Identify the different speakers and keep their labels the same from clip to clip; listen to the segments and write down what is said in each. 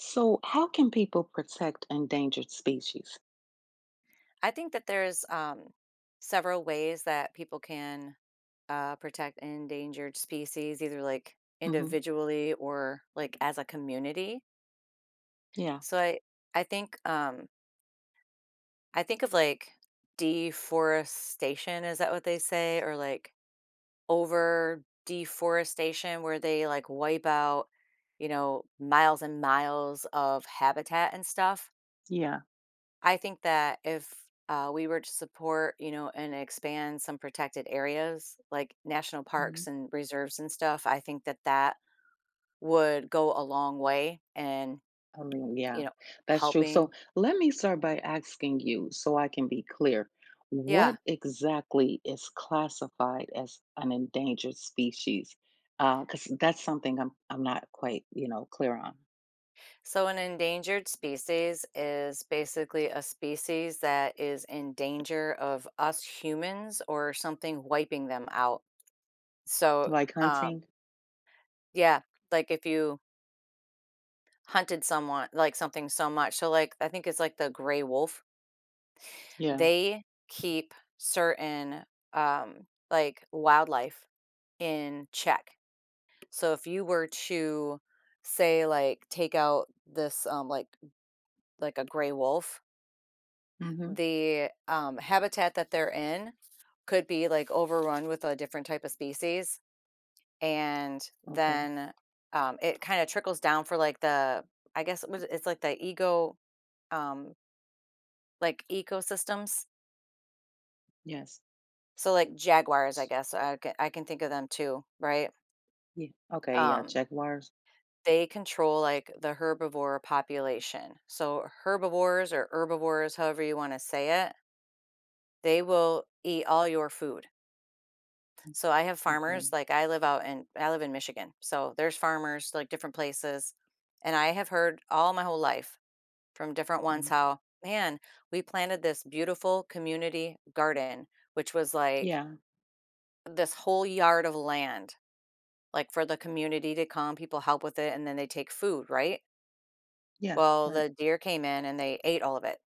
Speaker 1: So, how can people protect endangered species?
Speaker 2: I think that there's several ways that people can protect endangered species, either like
Speaker 1: Hmm.
Speaker 2: individually or like as a community.
Speaker 1: Yeah.
Speaker 2: So I think I think of like deforestation. Is that what they say, or like over deforestation, where they like wipe out miles and miles of habitat and stuff?
Speaker 1: Yeah.
Speaker 2: I think that if we were to support, you know, and expand some protected areas like national
Speaker 1: Hmm.
Speaker 2: parks and reserves and stuff, I think that that would go a long way and,
Speaker 1: I mean,
Speaker 2: you
Speaker 1: yeah,
Speaker 2: know,
Speaker 1: that's true.
Speaker 2: helping.
Speaker 1: So, let me start by asking you so I can be clear.
Speaker 2: Yeah.
Speaker 1: What exactly is classified as an endangered species? Because that's something I'm not quite clear on.
Speaker 2: So an endangered species is basically a species that is in danger of us humans or something wiping them out. So,
Speaker 1: Like
Speaker 2: um,
Speaker 1: hunting.
Speaker 2: yeah, like if you hunted someone, like something so much. So, like, I think it's like the gray wolf.
Speaker 1: Yeah.
Speaker 2: They keep certain, like, wildlife in check. So if you were to, say, like, take out this, like a gray wolf,
Speaker 1: Mm-hmm.
Speaker 2: the, habitat that they're in could be, like, overrun with a different type of species, and
Speaker 1: Okay.
Speaker 2: then, it kinda trickles down for, like, the I guess what it's like the ego um, like, ecosystems.
Speaker 1: Yes.
Speaker 2: So, like, jaguars, I
Speaker 1: S-
Speaker 2: guess, I can think of them too, right?
Speaker 1: Yeah. Okay. Yeah.
Speaker 2: Um,
Speaker 1: Jaguars.
Speaker 2: they control, like, the herbivore population. So, herbivores or herbivores, however you wanna say it, they will eat all your food.
Speaker 1: Mm.
Speaker 2: So, I have
Speaker 1: Okay.
Speaker 2: farmers, like, I live in Michigan, so there's farmers, like, different places, and I have heard all my whole life from different ones
Speaker 1: Mhm.
Speaker 2: how, "Man, we planted this beautiful community garden," which was, like,
Speaker 1: Yeah.
Speaker 2: this whole yard of land, like, for the community to come, people help with it, and then they take food, right?
Speaker 1: Yeah.
Speaker 2: Well,
Speaker 1: Right.
Speaker 2: the deer came in and they ate all of it.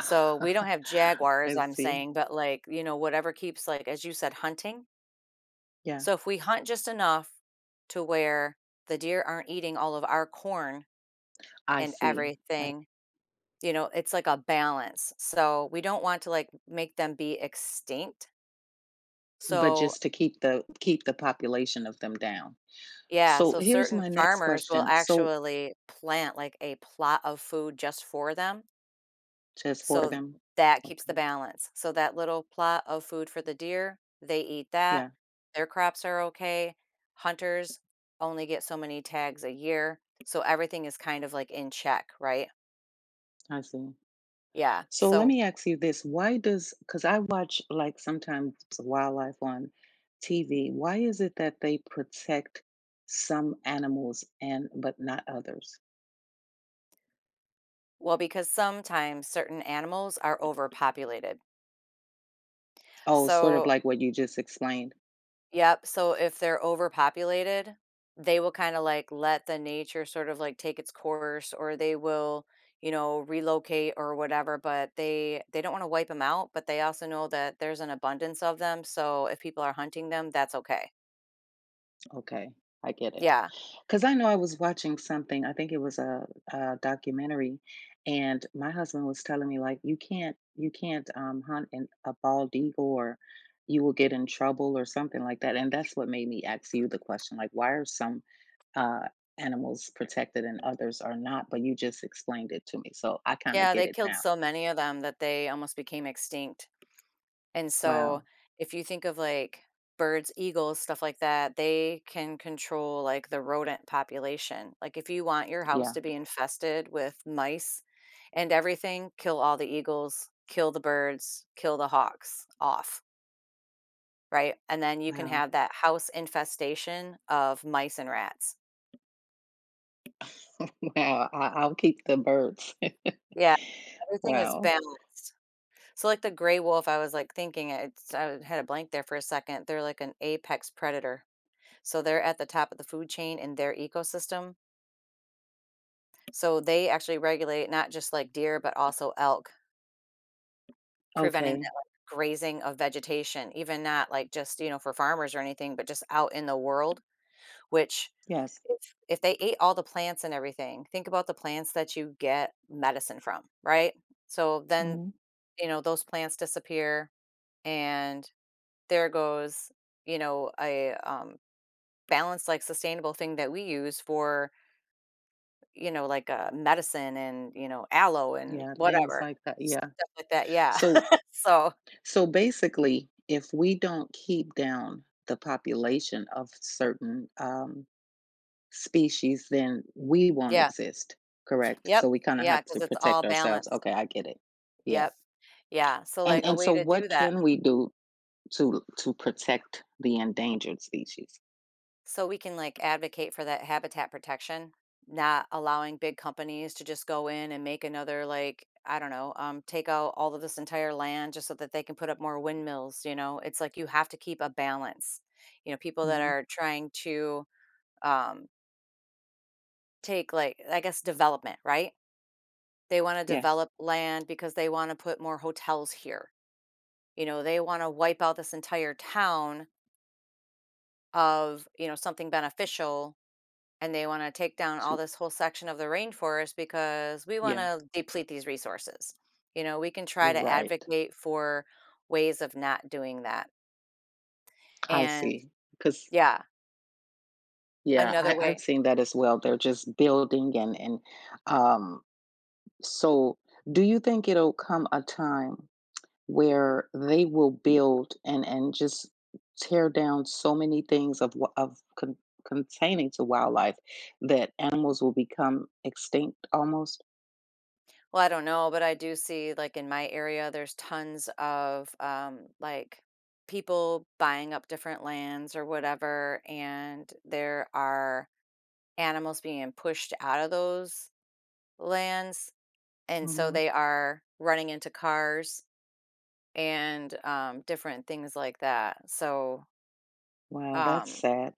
Speaker 2: So we don't have jaguars,
Speaker 1: I
Speaker 2: I'm
Speaker 1: see.
Speaker 2: saying, but like, you know, whatever keeps like as you said, hunting.
Speaker 1: Yeah,
Speaker 2: So if we hunt just enough to where the deer aren't eating all of our corn
Speaker 1: I
Speaker 2: and
Speaker 1: see. I,
Speaker 2: everything, you know, it's like a balance. So we don't want to like make them be extinct.
Speaker 1: but
Speaker 2: So
Speaker 1: just to keep the population of them down.
Speaker 2: yeah,
Speaker 1: So
Speaker 2: so
Speaker 1: here's
Speaker 2: certain
Speaker 1: my next
Speaker 2: farmers will
Speaker 1: question. So
Speaker 2: actually plant like a plot of food just for them.
Speaker 1: just for
Speaker 2: So
Speaker 1: them.
Speaker 2: that keeps the
Speaker 1: Okay.
Speaker 2: balance. So that little plot of food for the deer, they eat that.
Speaker 1: Yeah,
Speaker 2: Their crops are okay. Hunters only get so many tags a year. So everything is kind of like in check, right?
Speaker 1: I see.
Speaker 2: Yeah.
Speaker 1: So let
Speaker 2: So,
Speaker 1: me ask you this. Why does because I watch like sometimes wildlife on TV, why is it that they protect some animals and but not others?
Speaker 2: well, because sometimes certain animals are overpopulated.
Speaker 1: Oh, sort of
Speaker 2: So
Speaker 1: like what you just explained.
Speaker 2: yep, so if they're overpopulated, they will kinda, like, let the nature sort of, like, take its course, or they will, you know, relocate or whatever, but they don't wanna wipe them out, but they also know that there's an abundance of them, so if people are hunting them, that's okay.
Speaker 1: Okay, I get it.
Speaker 2: Yeah.
Speaker 1: 'Cause I know I was watching something, I think it was a documentary, and my husband was telling me, like, "You can't hunt an a bald eagle or you will get in trouble," or something like that, and that's what made me ask you the question, like, why are some, uh, animals protected and others are not? But you just explained it to me, so I kinda
Speaker 2: Yeah,
Speaker 1: get
Speaker 2: they
Speaker 1: it
Speaker 2: killed
Speaker 1: now.
Speaker 2: so many of them that they almost became extinct. And so
Speaker 1: Wow.
Speaker 2: if you think of like birds, eagles, stuff like that, they can control like the rodent population. Like if you want your house
Speaker 1: Yeah.
Speaker 2: to be infested with mice and everything, kill all the eagles, kill the birds, kill the hawks off, right? And then you can
Speaker 1: Wow.
Speaker 2: have that house infestation of mice and rats.
Speaker 1: Wow. I'll keep the birds.
Speaker 2: Yeah, everything is
Speaker 1: Wow.
Speaker 2: balanced. So like the gray wolf, I was like thinking it's I had a blank there for a second. They're like an apex predator. So they're at the top of the food chain in their ecosystem. So they actually regulate not just like deer, but also elk, preventing
Speaker 1: Okay.
Speaker 2: that like grazing of vegetation, even not like just, you know, for farmers or anything, but just out in the world, which
Speaker 1: Yes.
Speaker 2: if, if they ate all the plants and everything, think about the plants that you get medicine from, right? So then,
Speaker 1: Mhm.
Speaker 2: you know, those plants disappear and there goes, you know, a balanced, like sustainable thing that we use for. You know, like, medicine and, you know, aloe and
Speaker 1: Yeah, things
Speaker 2: whatever,
Speaker 1: like that. Yeah.
Speaker 2: stuff like that, yeah.
Speaker 1: So
Speaker 2: So,
Speaker 1: so basically, if we don't keep down the population of certain, species, then we won't
Speaker 2: yeah,
Speaker 1: exist, correct?
Speaker 2: yep,
Speaker 1: So we kinda
Speaker 2: yeah,
Speaker 1: have
Speaker 2: because
Speaker 1: to
Speaker 2: it's all
Speaker 1: protect ourselves.
Speaker 2: balanced,
Speaker 1: Okay, I get it. Yeah.
Speaker 2: yep, yeah, so,
Speaker 1: And
Speaker 2: like, a
Speaker 1: and
Speaker 2: way
Speaker 1: so
Speaker 2: to do
Speaker 1: what
Speaker 2: that
Speaker 1: can we do to protect the endangered species?
Speaker 2: so we can, like, advocate for that habitat protection, not allowing big companies to just go in and make another, like, I don't know, take out all of this entire land just so that they can put up more windmills, you know? It's like you have to keep a balance. You know, people that
Speaker 1: Mhm.
Speaker 2: are trying to, um, take, like, I guess, development, right? They wanna
Speaker 1: Yes.
Speaker 2: develop land because they wanna put more hotels here. You know, they wanna wipe out this entire town of, you know, something beneficial, and they wanna take down all
Speaker 1: To
Speaker 2: this whole section of the rainforest because we
Speaker 1: yeah,
Speaker 2: wanna deplete these resources. You know, we can try to
Speaker 1: right.
Speaker 2: advocate for ways of not doing that.
Speaker 1: I
Speaker 2: And
Speaker 1: see. Because
Speaker 2: yeah,
Speaker 1: yeah,
Speaker 2: another way.
Speaker 1: I've seen that as well. They're just building um So, do you think it'll come a time where they will build and just tear down so many things of containing to wildlife that animals will become extinct almost?
Speaker 2: Well, I don't know, but I do see like in my area, there's tons of like people buying up different lands or whatever, and there are animals being pushed out of those lands, and so
Speaker 1: Hmm.
Speaker 2: they are running into cars and different things like that. So,
Speaker 1: Wow, that's
Speaker 2: um,
Speaker 1: sad.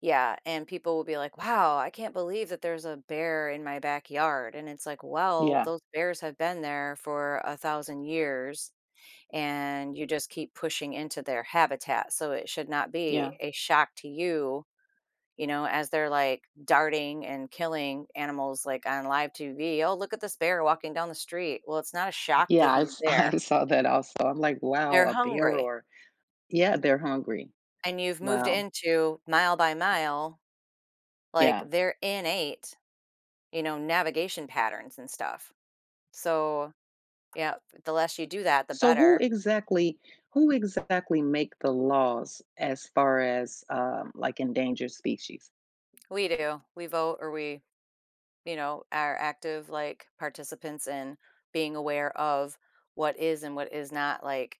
Speaker 2: yeah, and people will be like, "Wow, I can't believe that there's a bear in my backyard," and it's like, "Well,
Speaker 1: Yeah,
Speaker 2: those bears have been there for a thousand years." And you just keep pushing into their habitat. So it should not
Speaker 1: yeah,
Speaker 2: be a shock to you, you know, as they're like darting and killing animals like on live TV. Oh, look at this bear walking down the street. Well, it's not a shock that
Speaker 1: yeah. I've,
Speaker 2: he's there.
Speaker 1: I saw that also. I'm like, wow,
Speaker 2: They're
Speaker 1: a bear
Speaker 2: hungry.
Speaker 1: or yeah, they're hungry.
Speaker 2: And you've moved
Speaker 1: Wow,
Speaker 2: into mile by mile, like
Speaker 1: yeah.
Speaker 2: their innate, you know, navigation patterns and stuff. So yeah, the less you do that, the
Speaker 1: So who
Speaker 2: better.
Speaker 1: exactly make the laws as far as, like, endangered species?
Speaker 2: We do. We vote or we you know, are active like participants in being aware of what is and what is not like,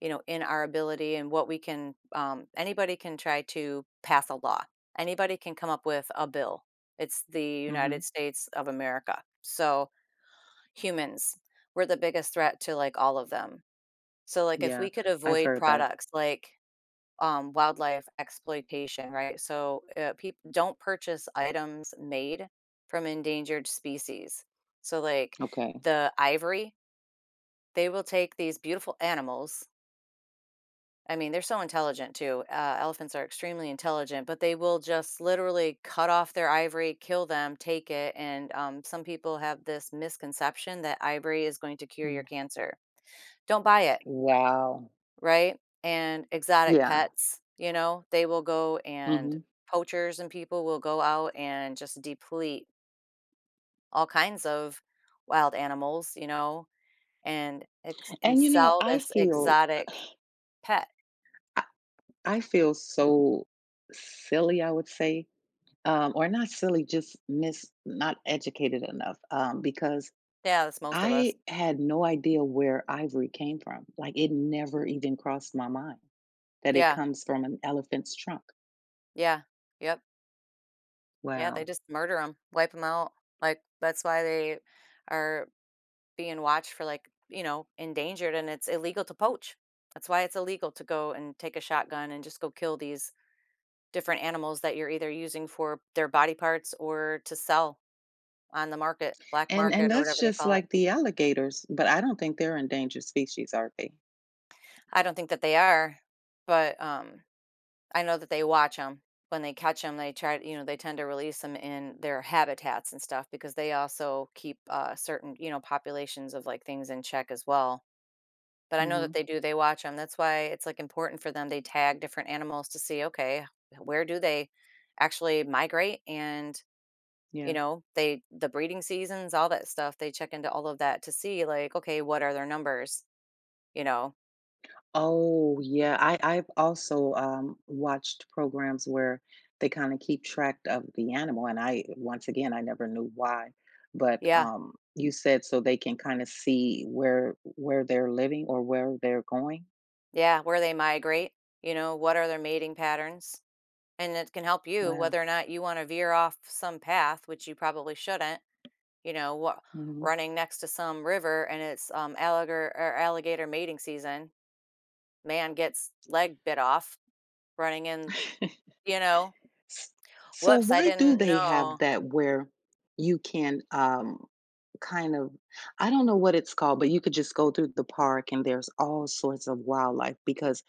Speaker 2: you know, in our ability and what we can anybody can try to pass a law. Anybody can come up with a bill. It's the United
Speaker 1: Mhm.
Speaker 2: States of America. So humans, we're the biggest threat to like all of them. So like if
Speaker 1: Yeah,
Speaker 2: we could
Speaker 1: I've
Speaker 2: avoid
Speaker 1: heard that.
Speaker 2: products like wildlife exploitation, right? So people don't purchase items made from endangered species. So, like
Speaker 1: Okay.
Speaker 2: the ivory, they will take these beautiful animals. I mean, they're so intelligent too. Elephants are extremely intelligent, but they will just literally cut off their ivory, kill them, take it. And some people have this misconception that ivory is going to cure your
Speaker 1: Mhm.
Speaker 2: cancer. Don't buy it,
Speaker 1: Wow.
Speaker 2: right? And exotic
Speaker 1: Yeah.
Speaker 2: pets, you know, they will go and
Speaker 1: Mhm.
Speaker 2: poachers and people will go out and just deplete all kinds of wild animals, you know, and
Speaker 1: And, you know,
Speaker 2: sell
Speaker 1: I
Speaker 2: this
Speaker 1: feel
Speaker 2: exotic pet.
Speaker 1: I I feel so silly, I would say, or not silly, just mis not educated enough, because
Speaker 2: Yeah, that's most of us.
Speaker 1: I had no idea where ivory came from. Like, it never even crossed my mind. That it
Speaker 2: Yeah,
Speaker 1: comes from an elephant's trunk.
Speaker 2: yeah, yep, yeah. They
Speaker 1: Wow.
Speaker 2: just murder them, wipe them out. Like that's why they are being watched for like you know endangered, and it's illegal to poach. That's why it's illegal to go and take a shotgun and just go kill these different animals that you're either using for their body parts or to sell on the market, black
Speaker 1: And
Speaker 2: market or
Speaker 1: that's
Speaker 2: whatever they
Speaker 1: just
Speaker 2: call it.
Speaker 1: like the alligators, but I don't think they're endangered species, are they?
Speaker 2: I don't think that they are, but, I know that they watch them. When they catch them, they try you know, they tend to release them in their habitats and stuff because they also keep, certain, you know, populations of, like, things in check as well. But I know
Speaker 1: Hmm.
Speaker 2: that they do, they watch them. That's why it's, like, important for them. They tag different animals to see, okay, where do they actually migrate and. You
Speaker 1: Yeah.
Speaker 2: know, they the breeding seasons, all that stuff, they check into all of that to see like, okay, what are their numbers? You know?
Speaker 1: Oh, yeah. I've also, watched programs where they kinda keep track of the animal, and I once again, I never knew why, but,
Speaker 2: Yeah.
Speaker 1: you said so they can kinda see where they're living or where they're going?
Speaker 2: Yeah, where they migrate, you know, what are their mating patterns? And it can help you
Speaker 1: Wow.
Speaker 2: whether or not you want to veer off some path, which you probably shouldn't, you know, what
Speaker 1: Mhm.
Speaker 2: running next to some river and it's alligator or alligator mating season, man gets leg bit off running in, you know.
Speaker 1: S so
Speaker 2: Whoops, I
Speaker 1: why do
Speaker 2: didn't
Speaker 1: they have
Speaker 2: know.
Speaker 1: that where you can, kind of I don't know what it's called, but you could just go through the park and there's all sorts of wildlife because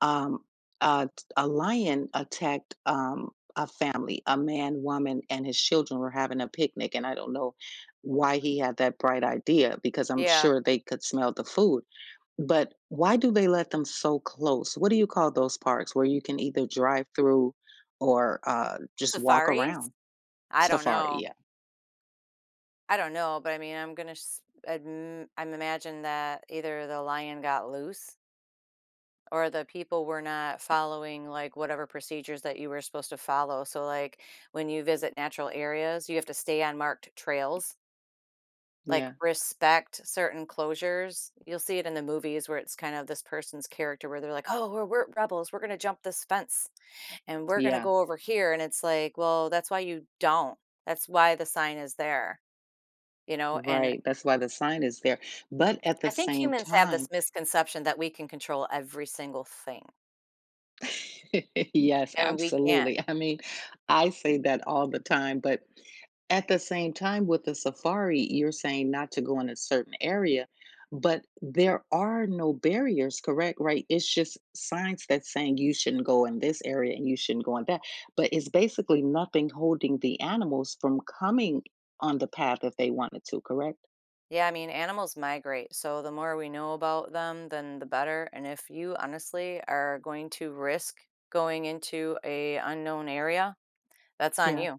Speaker 1: um, a lion attacked a family, a man, woman, and his children were having a picnic. And I don't know why he had that bright idea because I'm
Speaker 2: Yeah.
Speaker 1: sure they could smell the food. But why do they let them so close? What do you call those parks where you can either drive through or just walk
Speaker 2: Safaris?
Speaker 1: around?
Speaker 2: I don't
Speaker 1: Safari,
Speaker 2: know.
Speaker 1: yeah.
Speaker 2: I don't know, but I mean, I'm gonna s- adm- I'm imagine that either the lion got loose or the people were not following like whatever procedures that you were supposed to follow. So like when you visit natural areas, you have to stay on marked trails, like
Speaker 1: Yeah.
Speaker 2: respect certain closures. You'll see it in the movies where it's kind of this person's character where they're like, "Oh, we're rebels. We're gonna jump this fence and we're gonna
Speaker 1: Yeah.
Speaker 2: go over here." And it's like, well, that's why you don't. That's why the sign is there, you know, and
Speaker 1: Right. That's why the sign is there. But at
Speaker 2: I
Speaker 1: the
Speaker 2: think
Speaker 1: same
Speaker 2: humans have
Speaker 1: time,
Speaker 2: this misconception that we can control every single thing,
Speaker 1: yes,
Speaker 2: and we can't.
Speaker 1: absolutely. I mean, I say that all the time, but at the same time with the safari, you're saying not to go in a certain area, but there are no barriers, correct? Right? It's just signs that's saying you shouldn't go in this area and you shouldn't go in that. But it's basically nothing holding the animals from coming on the path if they wanted to, correct?
Speaker 2: Yeah, I mean, animals migrate, so the more we know about them, then the better, and if you honestly are going to risk going into a unknown area, that's on
Speaker 1: Yeah.
Speaker 2: you.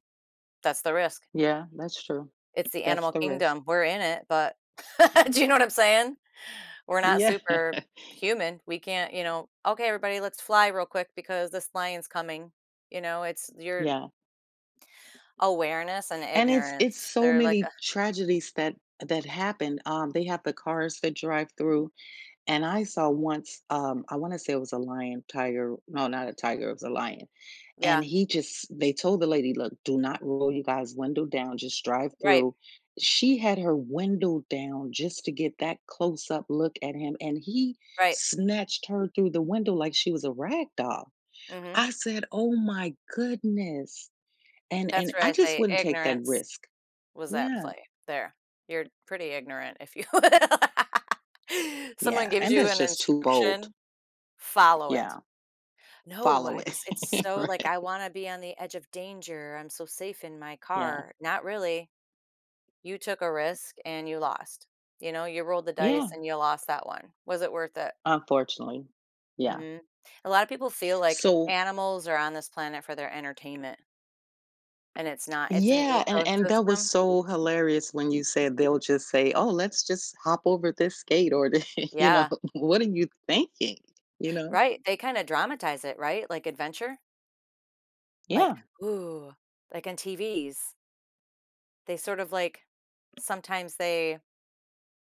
Speaker 2: That's the risk.
Speaker 1: Yeah, that's true.
Speaker 2: It's the
Speaker 1: That's
Speaker 2: animal
Speaker 1: the risk.
Speaker 2: kingdom. We're in it, but do you know what I'm saying? We're not
Speaker 1: Yeah.
Speaker 2: superhuman. We can't, you know, "Okay, everybody, let's fly real quick because this lion's coming." You know, it's you're.
Speaker 1: Yeah.
Speaker 2: Awareness and
Speaker 1: And it's
Speaker 2: ignorance.
Speaker 1: so
Speaker 2: They're like a
Speaker 1: many tragedies that happened, they have the cars that drive through, and I saw once, I wanna say it was a lion, tiger no, not a tiger, it was a lion, and
Speaker 2: yeah,
Speaker 1: he just they told the lady, "Look, do not roll you guys' window down, just drive
Speaker 2: right,
Speaker 1: through." She had her window down just to get that close up look at him, and he
Speaker 2: right,
Speaker 1: snatched her through the window like she was a rag doll.
Speaker 2: mhm.
Speaker 1: I said, "Oh my goodness,"
Speaker 2: That's
Speaker 1: and
Speaker 2: where
Speaker 1: I
Speaker 2: I
Speaker 1: just
Speaker 2: say
Speaker 1: wouldn't take that
Speaker 2: ignorance
Speaker 1: risk.
Speaker 2: was at
Speaker 1: Yeah.
Speaker 2: play there. You're pretty ignorant, if you will. Someone
Speaker 1: Yeah,
Speaker 2: gives
Speaker 1: and
Speaker 2: you
Speaker 1: that's
Speaker 2: an
Speaker 1: just too bold.
Speaker 2: instruction, follow it.
Speaker 1: Yeah,
Speaker 2: No,
Speaker 1: follow
Speaker 2: I
Speaker 1: it.
Speaker 2: just it's so, like,
Speaker 1: Right.
Speaker 2: I wanna be on the edge of danger, I'm so safe in my
Speaker 1: Yeah.
Speaker 2: car. Not really. You took a risk and you lost. You know, you rolled the dice
Speaker 1: Yeah,
Speaker 2: and you lost that one. Was it worth it?
Speaker 1: unfortunately. Yeah.
Speaker 2: Mhm. A lot of people feel like
Speaker 1: So,
Speaker 2: animals are on this planet for their entertainment, and it's not. It's an
Speaker 1: yeah, and that was
Speaker 2: ecosystem.
Speaker 1: so hilarious when you said they'll just say, "Oh, let's just hop over this skate," or the you know,
Speaker 2: Yeah,
Speaker 1: "What are you thinking?" You know?
Speaker 2: right. They kinda dramatize it, right? Like adventure? Like,
Speaker 1: Yeah,
Speaker 2: ooh, like in TVs, they sort of like sometimes they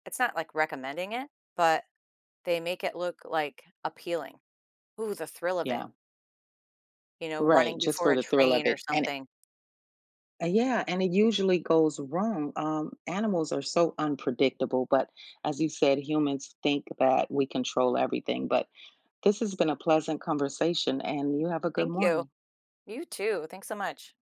Speaker 2: it's not like recommending it, but they make it look like appealing. Ooh, the thrill of it,
Speaker 1: yeah.
Speaker 2: you know,
Speaker 1: Right,
Speaker 2: running
Speaker 1: just
Speaker 2: before
Speaker 1: for
Speaker 2: a
Speaker 1: the thrill of
Speaker 2: train or
Speaker 1: it. And
Speaker 2: something.
Speaker 1: yeah, and it usually goes wrong. Animals are so unpredictable, but as you said, humans think that we control everything, but this has been a pleasant conversation, and you have a good
Speaker 2: Thank you.
Speaker 1: morning.
Speaker 2: You too. Thanks so much.